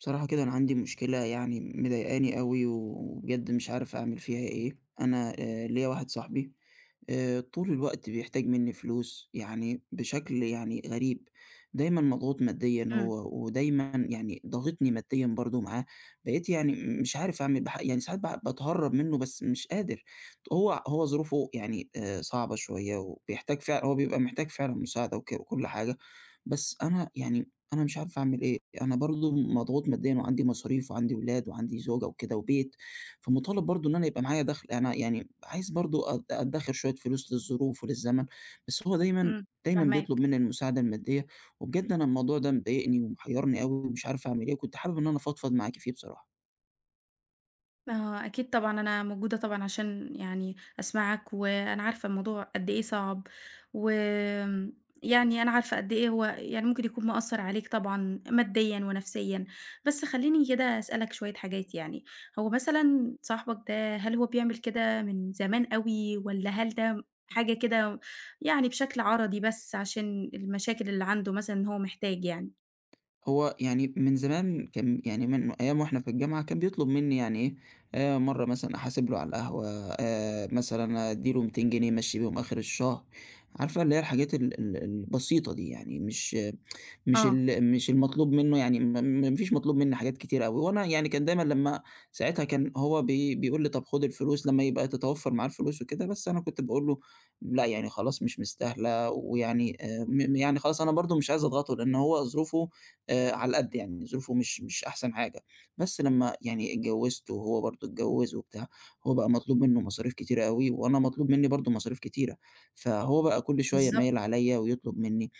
بصراحة كده أنا عندي مشكلة يعني مضايقاني أوي، وبجد مش عارف أعمل فيها إيه. أنا ليّا واحد صاحبي طول الوقت بيحتاج منّي فلوس، يعني بشكل يعني غريب. دايمًا مضغوط ماديًا إمم، هو، ودايمًا يعني ضاغطني ماديًا برضه معاه. بقيت يعني مش عارف أعمل يعني ساعات باتهرّب منّه بس مش قادر. هو ظروفه يعني صعبة شوية، وبيحتاج هو بيبقى محتاج فعلًا مساعدة وكل حاجة. بس أنا يعني أنا مش عارف أعمل إيه، أنا برضه مضغوط ماديًا وعندي مصاريف وعندي ولاد وعندي زوجة وكده وبيت. فمطالب برضه إن أنا يبقى معايا دخْل، أنا يعني عايز برضه أدّخر شوية فلوس للظروف وللزمن. بس هو دايمًا، إمم، دايمًا بيطلب فاهماك. مني المساعدة المادية. وبجد أنا الموضوع ده مضايقني ومحيّرني أوي ومش عارف أعمل إيه، وكنت حابب إن أنا أفضفض معاكِ فيه بصراحة. آه، أكيد طبعًا أنا موجودة طبعًا عشان يعني أسمعك، وأنا عارفة الموضوع قد إيه صعب، وآمم، يعني أنا عارفة قد إيه هو يعني ممكن يكون مأثّر عليك طبعًا ماديًا ونفسيًا. بس خلّيني كده أسألك شوية حاجات يعني، هو مثلًا صاحبك ده هل هو بيعمل كده من زمان أوي، والّا هل ده حاجة كده يعني بشكل عَرَضي بس عشان المشاكل اللي عنده مثلًا إن هو محتاج يعني؟ هو يعني من زمان كان يعني من أيام وإحنا في الجامعة كان بيطلب منّي يعني إيه. مرّة مثلًا أحاسب له على القهوة، مثلًا أدّي له 200 جنيه يمشّي بيهم آخر الشهر. عارفة اللي هي الحاجات ال البسيطة دي يعني آه، مش المطلوب منّه يعني ما فيش مطلوب منّي حاجات كتير أوي، وأنا يعني كان دايمًا لمّا ساعتها كان هو بيقول لي: "طَب خُد الفلوس لمّا يبقى تتوفّر معاه الفلوس وكده." بس أنا كنت باقول له: "لأ، يعني خلاص مش مستاهلة." ويعني م يعني خلاص أنا برضه مش عايز أضغطه، لإن هو ظروفه على القد يعني، ظروفه مش أحسن حاجة. بس لمّا يعني اتجوّزت وهو برضه اتجوّز وبتاع، هو بقى مطلوب منّه مصاريف كتيرة أوي وأنا مطلوب منّي برضه مصاريف كتيرة، فهو بقى كل شوية بالضبط، مايل عليّا ويطلب منّي.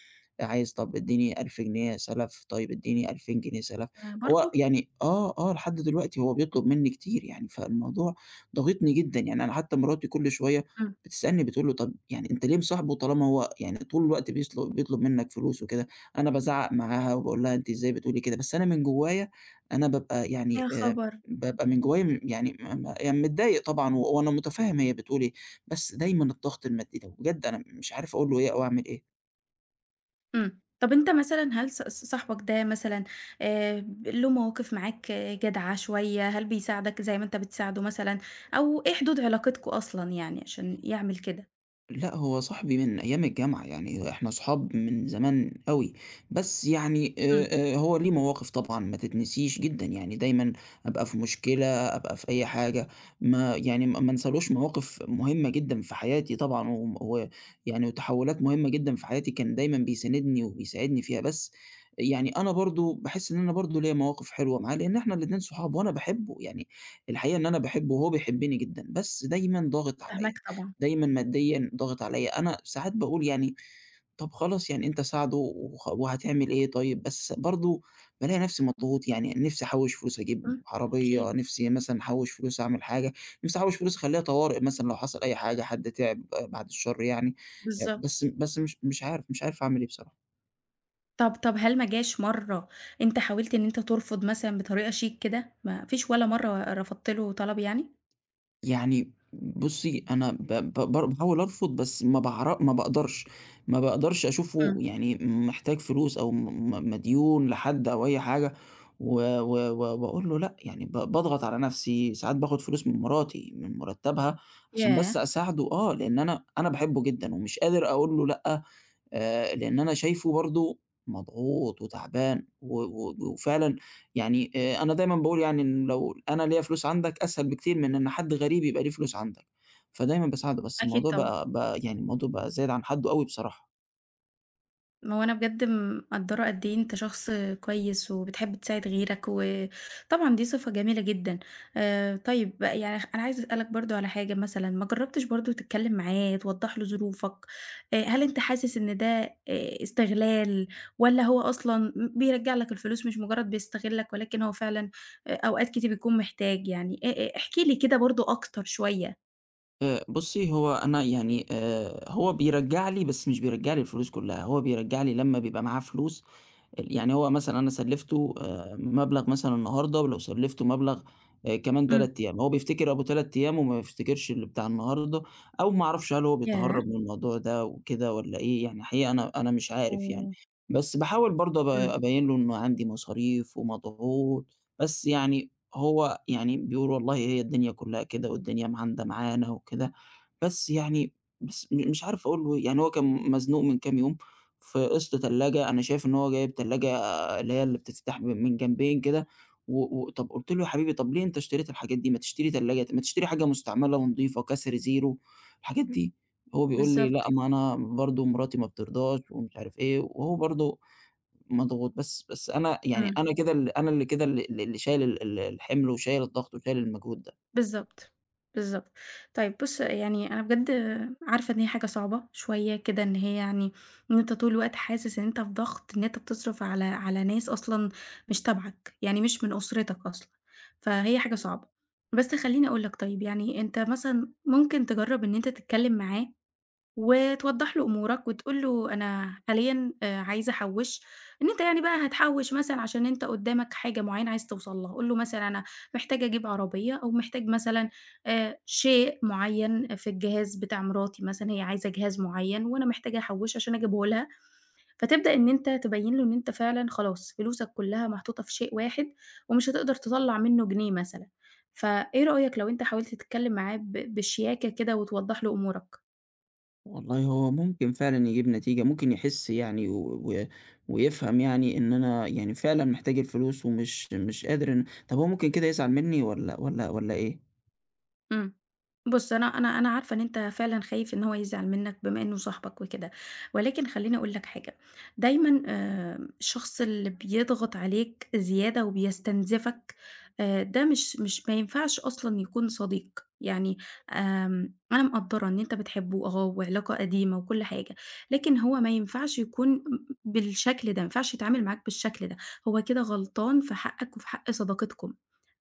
عايز طب ادّيني 1000 جنيه سَلَف، طيب ادّيني 2000 جنيه سَلَف. برضه؟ هو يعني آه، آه، لحد دلوقتي هو بيطلب منّي كتير يعني، فالموضوع ضاغطني جدًا، يعني أنا حتى مراتي كل شوية إمم. بتسألني بتقول له: "طب يعني أنت ليه مصاحبه طالما هو يعني طول الوقت بيطلب منّك فلوس وكده؟" أنا بازعّق معاها وباقول لها: "أنتِ إزاي بتقولي كده؟" بس أنا من جوايا أنا بابقى يعني يا خبر! بابقى من جوايا م يعني م م يعني متضايق طبعًا و وأنا مُتفهِّم هي بتقول إيه، بس دايمًا الضغط المادي ده، بجد أنا مش عارف أقول له إيه أو أعمل إيه. إمم. طَب أنت مثلًا هل ص ص صاحبك ده مثلًا ب له مواقف معاك جدعة شوية، هل بيساعدك زي ما أنت بتساعده مثلًا، أو إيه حدود علاقتكم أصلًا يعني عشان يعمل كده؟ لأ، هو صاحبي من أيام الجامعة، يعني إحنا صحاب من زمان أوي، بس يعني إمم، هو ليه مواقف طبعًا ما تتنسيش جدًا، يعني دايمًا أبقى في مشكلة، أبقى في أي حاجة، ما يعني ما ما انسالوش مواقف مهمة جدًا في حياتي طبعًا، ويعني وتحولات مهمة جدًا في حياتي، كان دايمًا بيساندني وبيساعدني فيها، بس يعني أنا برضه باحس إن أنا برضه ليّا مواقف حلوة معاه، لإن إحنا الاتنين صحاب، وأنا باحبه، يعني الحقيقة إن أنا باحبه وهو بيحبني جدًا، بس دايمًا ضاغط عليَّ. فاهماك طبعًا. دايمًا ماديًا ضاغط عليَّ، أنا ساعات باقول يعني طَب خلاص يعني أنت ساعده وهتعمل إيه طيب؟ بس برضه بالاقي نفسي مضغوط، يعني نفسي أحوّش فلوس أجيب إمم، عربية، أكيد، نفسي مثلًا أحوّش فلوس أعمل حاجة، نفسي أحوّش فلوس أخلّيها طوارئ مثلًا لو حصل أي حاجة، حد تعب آه، بعد الشر يعني. آه، بالضبط. بس مش عارف، مش عارف أعمل إيه بصراحة. طَب هل ما جاش مرّة أنت حاولت إن أنت ترفض مثلًا بطريقة شيك كده، ما فيش ولا مرّة رفضت له طلب يعني؟ يعني بُصّي، أنا ب ب بار باحاول أرفض بس ما باقدرش، ما باقدرش أشوفه إمم، يعني محتاج فلوس أو م م مديون لحد أو أي حاجة و و و وأقول له لأ، يعني باضغط على نَفْسي، ساعات باخُد فلوس من مراتي، من مُرتّبها عشان بس ياه! أساعده آه، لإن أنا باحبه جدًا ومش قادر أقول له لأ لإن أنا شايفه برضه مضغوط وتعبان و و وفعلًا يعني أنا دايمًا باقول يعني إن لو أنا ليّا فلوس عندك أسهل بكتير من إن حد غريب يبقى ليه فلوس عندك، فدايمًا باساعده، بس أكيد الموضوع طبعًا. بقى يعني الموضوع بقى زايد عن حدّه أوي بصراحة. ما هو أنا بجد مقدّرة قد إيه أنت شخص كويس وبتحب تساعد غيرك، وطبعًا دي صفة جميلة جدًا. طيب بقى يعني أنا عايزة أسألك برضه على حاجة مثلًا، ما جرّبتش برضه تتكلّم معاه، توضّح له ظروفك؟ هل أنت حاسس إن ده استغلال والّا هو أصلًا بيرجّع لك الفلوس مش مجرّد بيستغلّك ولكن هو فعلًا أوقات كتير بيكون محتاج يعني؟ احكِ لي كده برضه أكتر شوية. بُصّي، هو أنا يعني هو بيرجّع لي بس مش بيرجّع لي الفلوس كلّها، هو بيرجّع لي لمّا بيبقى معاه فلوس يعني هو مثلًا أنا سلّفته مبلغ مثلًا النهارده، ولو سلّفته مبلغ كمان إمم. 3 أيام، هو بيفتكر أبو 3 أيام وما بيفتكرش اللي بتاع النهارده، أو ما أعرفش هل هو ياه! بيتهرّب من الموضوع ده وكده والّا إيه، يعني حقيقة أنا مش عارف يعني. أوه! بس باحاول برضه إمم. أبيّن له إنه عندي مصاريف ومضغوط، بس يعني هو يعني بيقول والله هي الدنيا كلّها كده والدنيا معاندة معانا وكده، بس يعني بس مش عارف أقول له إيه، يعني هو كان مزنوق من كام يوم في قسط تلاجة، أنا شايف إن هو جايب تلاجة آه، اللي هي اللي بتتفتح من جنبين كده، و و طب قُلت له: "يا حبيبي طب ليه أنت اشتريت الحاجات دي؟ ما تشتري تلاجة ما تشتري حاجة مستعملة ونضيفة كسر زيرو الحاجات دي." هو بيقول لي: بالضبط. "لأ ما أنا برضه مراتي ما بترضاش." ومش عارف إيه، وهو برضه مضغوط، بس أنا يعني إمم. أنا كده ال أنا اللي كده ال اللي شايل ال ال الحمل وشايل الضغط وشايل المجهود ده. بالضبط، بالضبط. طيب بُص، يعني أنا بجد عارفة إن هي حاجة صعبة شوية كده، إن هي يعني إن أنت طول الوقت حاسس إن أنت في ضغط، إن أنت بتصرف على على ناس أصلًا مش تبعك، يعني مش من أسرتك أصلًا، فهي حاجة صعبة. بس خلّيني أقول لك طيب، يعني أنت مثلًا ممكن تجرّب إن أنت تتكلم معاه وتوضّح له أمورك وتقول له أنا حاليًا عايز أحوّش، إن أنت يعني بقى هتحوّش مثلًا عشان أنت قدّامك حاجة معيّنة عايز توصل لها، قُل له مثلًا أنا محتاج أجيب عربية أو محتاج مثلًا شيء معيّن في الجهاز بتاع مراتي مثلًا، هي عايزة جهاز معيّن وأنا محتاجة أحوّشه عشان أجيبه لها، فتبدأ إن أنت تبيّن له إن أنت فعلًا خلاص فلوسك كلّها محطوطة في شيء واحد ومش هتقدر تطلّع منّه جنيه مثلًا، فإيه رأيك لو أنت حاولت تتكلّم معاه بشياكة كده وتوضّح له أمورك؟ والله هو ممكن فعلًا يجيب نتيجة، ممكن يحس يعني و و ويفهم يعني إن أنا يعني فعلًا محتاج الفلوس ومش مش قادر إن طب هو ممكن كده يزعل منّي والّا إيه؟ إمم. بُص، أنا عارفة إن أنت فعلًا خايف إن هو يزعل منّك بما إنه صاحبك وكده، ولكن خلّيني أقول لك حاجة، دايمًا الشخص اللي بيضغط عليك زيادة وبيستنزفك ده مش مش ما ينفعش أصلًا يكون صديق، يعني أنا مقدّرة إن أنت بتحبه وعلاقة قديمة وكل حاجة، لكن هو ما ينفعش يكون بالشكل ده، ما ينفعش يتعامل معاك بالشكل ده، هو كده غلطان في حقك وفي حق صداقتكم،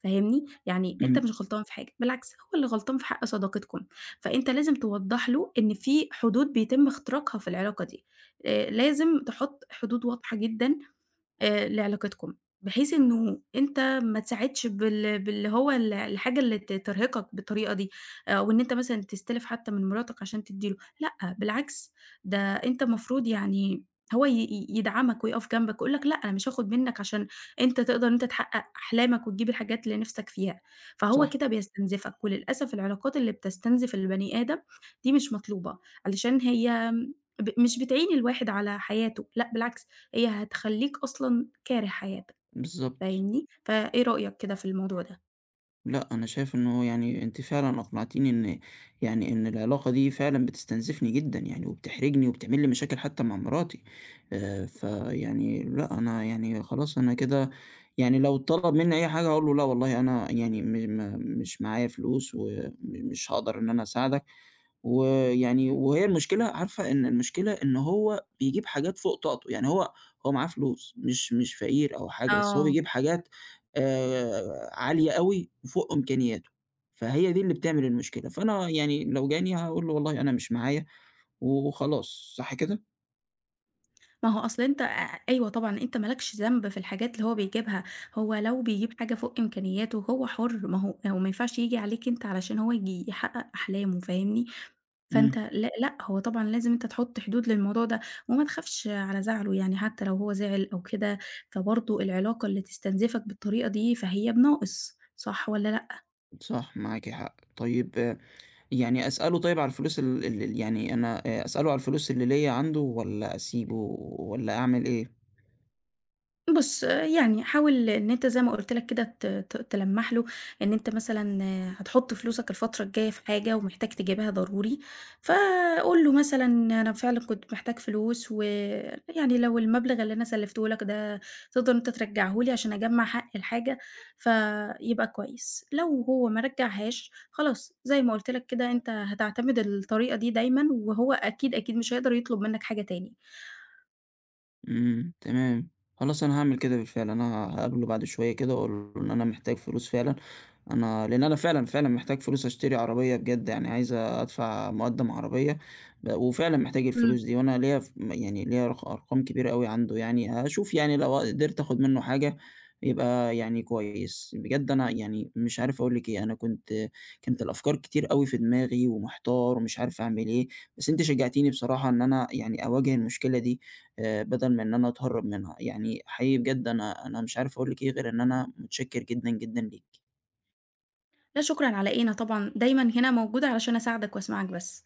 فاهمني؟ يعني أنت إمم، مش غلطان في حاجة، بالعكس هو اللي غلطان في حق صداقتكم، فأنت لازم توضّح له إن في حدود بيتم اختراقها في العلاقة دي، لازم تحُط حدود واضحة جدًا لعلاقتكم، بحيث إنه أنت ما تساعدش باللي هو الحاجة اللي ترهقك بالطريقة دي، آه، أو إن أنت مثلًا تستلف حتى من مراتك عشان تدّي له، لأ بالعكس، ده أنت المفروض يعني هو ي ي يدعمك ويقف جنبك ويقول لك لأ أنا مش هاخد منك عشان أنت تقدر إن أنت تحقق أحلامك وتجيب الحاجات اللي نِفْسك فيها، فهو صح، كده بيستنزفك، وللأسف العلاقات اللي بتستنزف البني آدم دي مش مطلوبة، علشان هي مش بتعين الواحد على حياته، لأ بالعكس هي هتخلّيك أصلًا كاره حياتك، بالضبط. فاهمني؟ فإيه رأيك كده في الموضوع ده؟ لأ، أنا شايف إنه يعني أنتِ فعلًا أقنعتيني إن يعني إن العلاقة دي فعلًا بتستنزفني جدًا يعني وبتحرجني وبتعمل لي مشاكل حتى مع مراتي. فيعني لأ، أنا يعني خلاص أنا كده يعني لو طلب منّي أي حاجة هاقول له لأ والله أنا يعني م ما مش معايا فلوس مش هاقدر إن أنا أساعدك، ويعني وهي المشكلة عارفة إن المشكلة إن هو بيجيب حاجات فوق طاقته، يعني هو معاه فلوس مش فقير أو حاجة، بس هو آه. بيجيب حاجات آآ عالية أوي وفوق إمكانياته، فهي دي اللي بتعمل المشكلة، فأنا يعني لو جاني هاقول له والله أنا مش معايا وخلاص، صح كده؟ ما هو أصل أنت أيوه طبعًا، أنت ما لكش ذنب في الحاجات اللي هو بيجيبها، هو لو بيجيب حاجة فوق إمكانياته هو حُر، ما هو ما ينفعش ييجي عليك أنت علشان هو ييجي يحقق أحلامه، فاهمني؟ فأنت إمم، لأ، لأ، هو طبعًا لازم أنت تحُط حدود للموضوع ده، وما تخافش على زعله يعني حتى لو هو زعل أو كده، فبرضه العلاقة اللي تستنزفك بالطريقة دي فهي بناقص، صح والّا لأ؟ صح معاكِ حق، طيب يعني أسأله طيب على الفلوس ال ال ال يعني أنا أسأله على الفلوس اللي ليّا عنده والّا أسيبه والّا أعمل إيه؟ بُص، يعني حاول إن أنت زي ما قُلت لك كده ت ت تلمّح له إن أنت مثلًا هتحُط فلوسك الفترة الجاية في حاجة ومحتاج تجيبها ضروري، فقُل له مثلًا أنا فعلًا كنت محتاج فلوس ويعني لو المبلغ اللي أنا سلِّفته لك ده تقدر إن أنت ترجّعه لي عشان أجمّع حق الحاجة، فيبقى كويس. لو هو ما رجّعهاش، خلاص زي ما قُلت لك كده أنت هتعتمد الطريقة دي دايمًا وهو أكيد، أكيد مش هيقدر يطلب منّك حاجة تاني. إمم، تمام، خلاص أنا هاعمل كده بالفعل، أنا هاقابله بعد شوية كده وأقول له إن أنا محتاج فلوس فعلًا. لإن أنا فعلًا، فعلًا محتاج فلوس أشتري عربية بجد، يعني عايز أدفع مُقدّم عربية، وفعلًا محتاج إمم. الفلوس دي، وأنا ليّا ف م يعني ليّا أرقام كبيرة أوي عنده يعني، هاشوف يعني لو قدرت آخُد منّه حاجة يبقى يعني كويس. بجد أنا يعني مش عارف أقول لِك إيه، أنا كانت الأفكار كتير أوي في دماغي ومحتار ومش عارف أعمل إيه، بس أنتِ شجّعتيني بصراحة إن أنا يعني أواجه المشكلة دي بدل من إن أنا أتهرّب منها، يعني حقيقي بجد أنا مش عارف أقول لِك إيه غير إن أنا متشكّر جدًا، جدًا ليكِ. لا شكرًا على إيه، أنا طبعًا دايمًا هنا موجودة علشان أساعدك وأسمعك بس.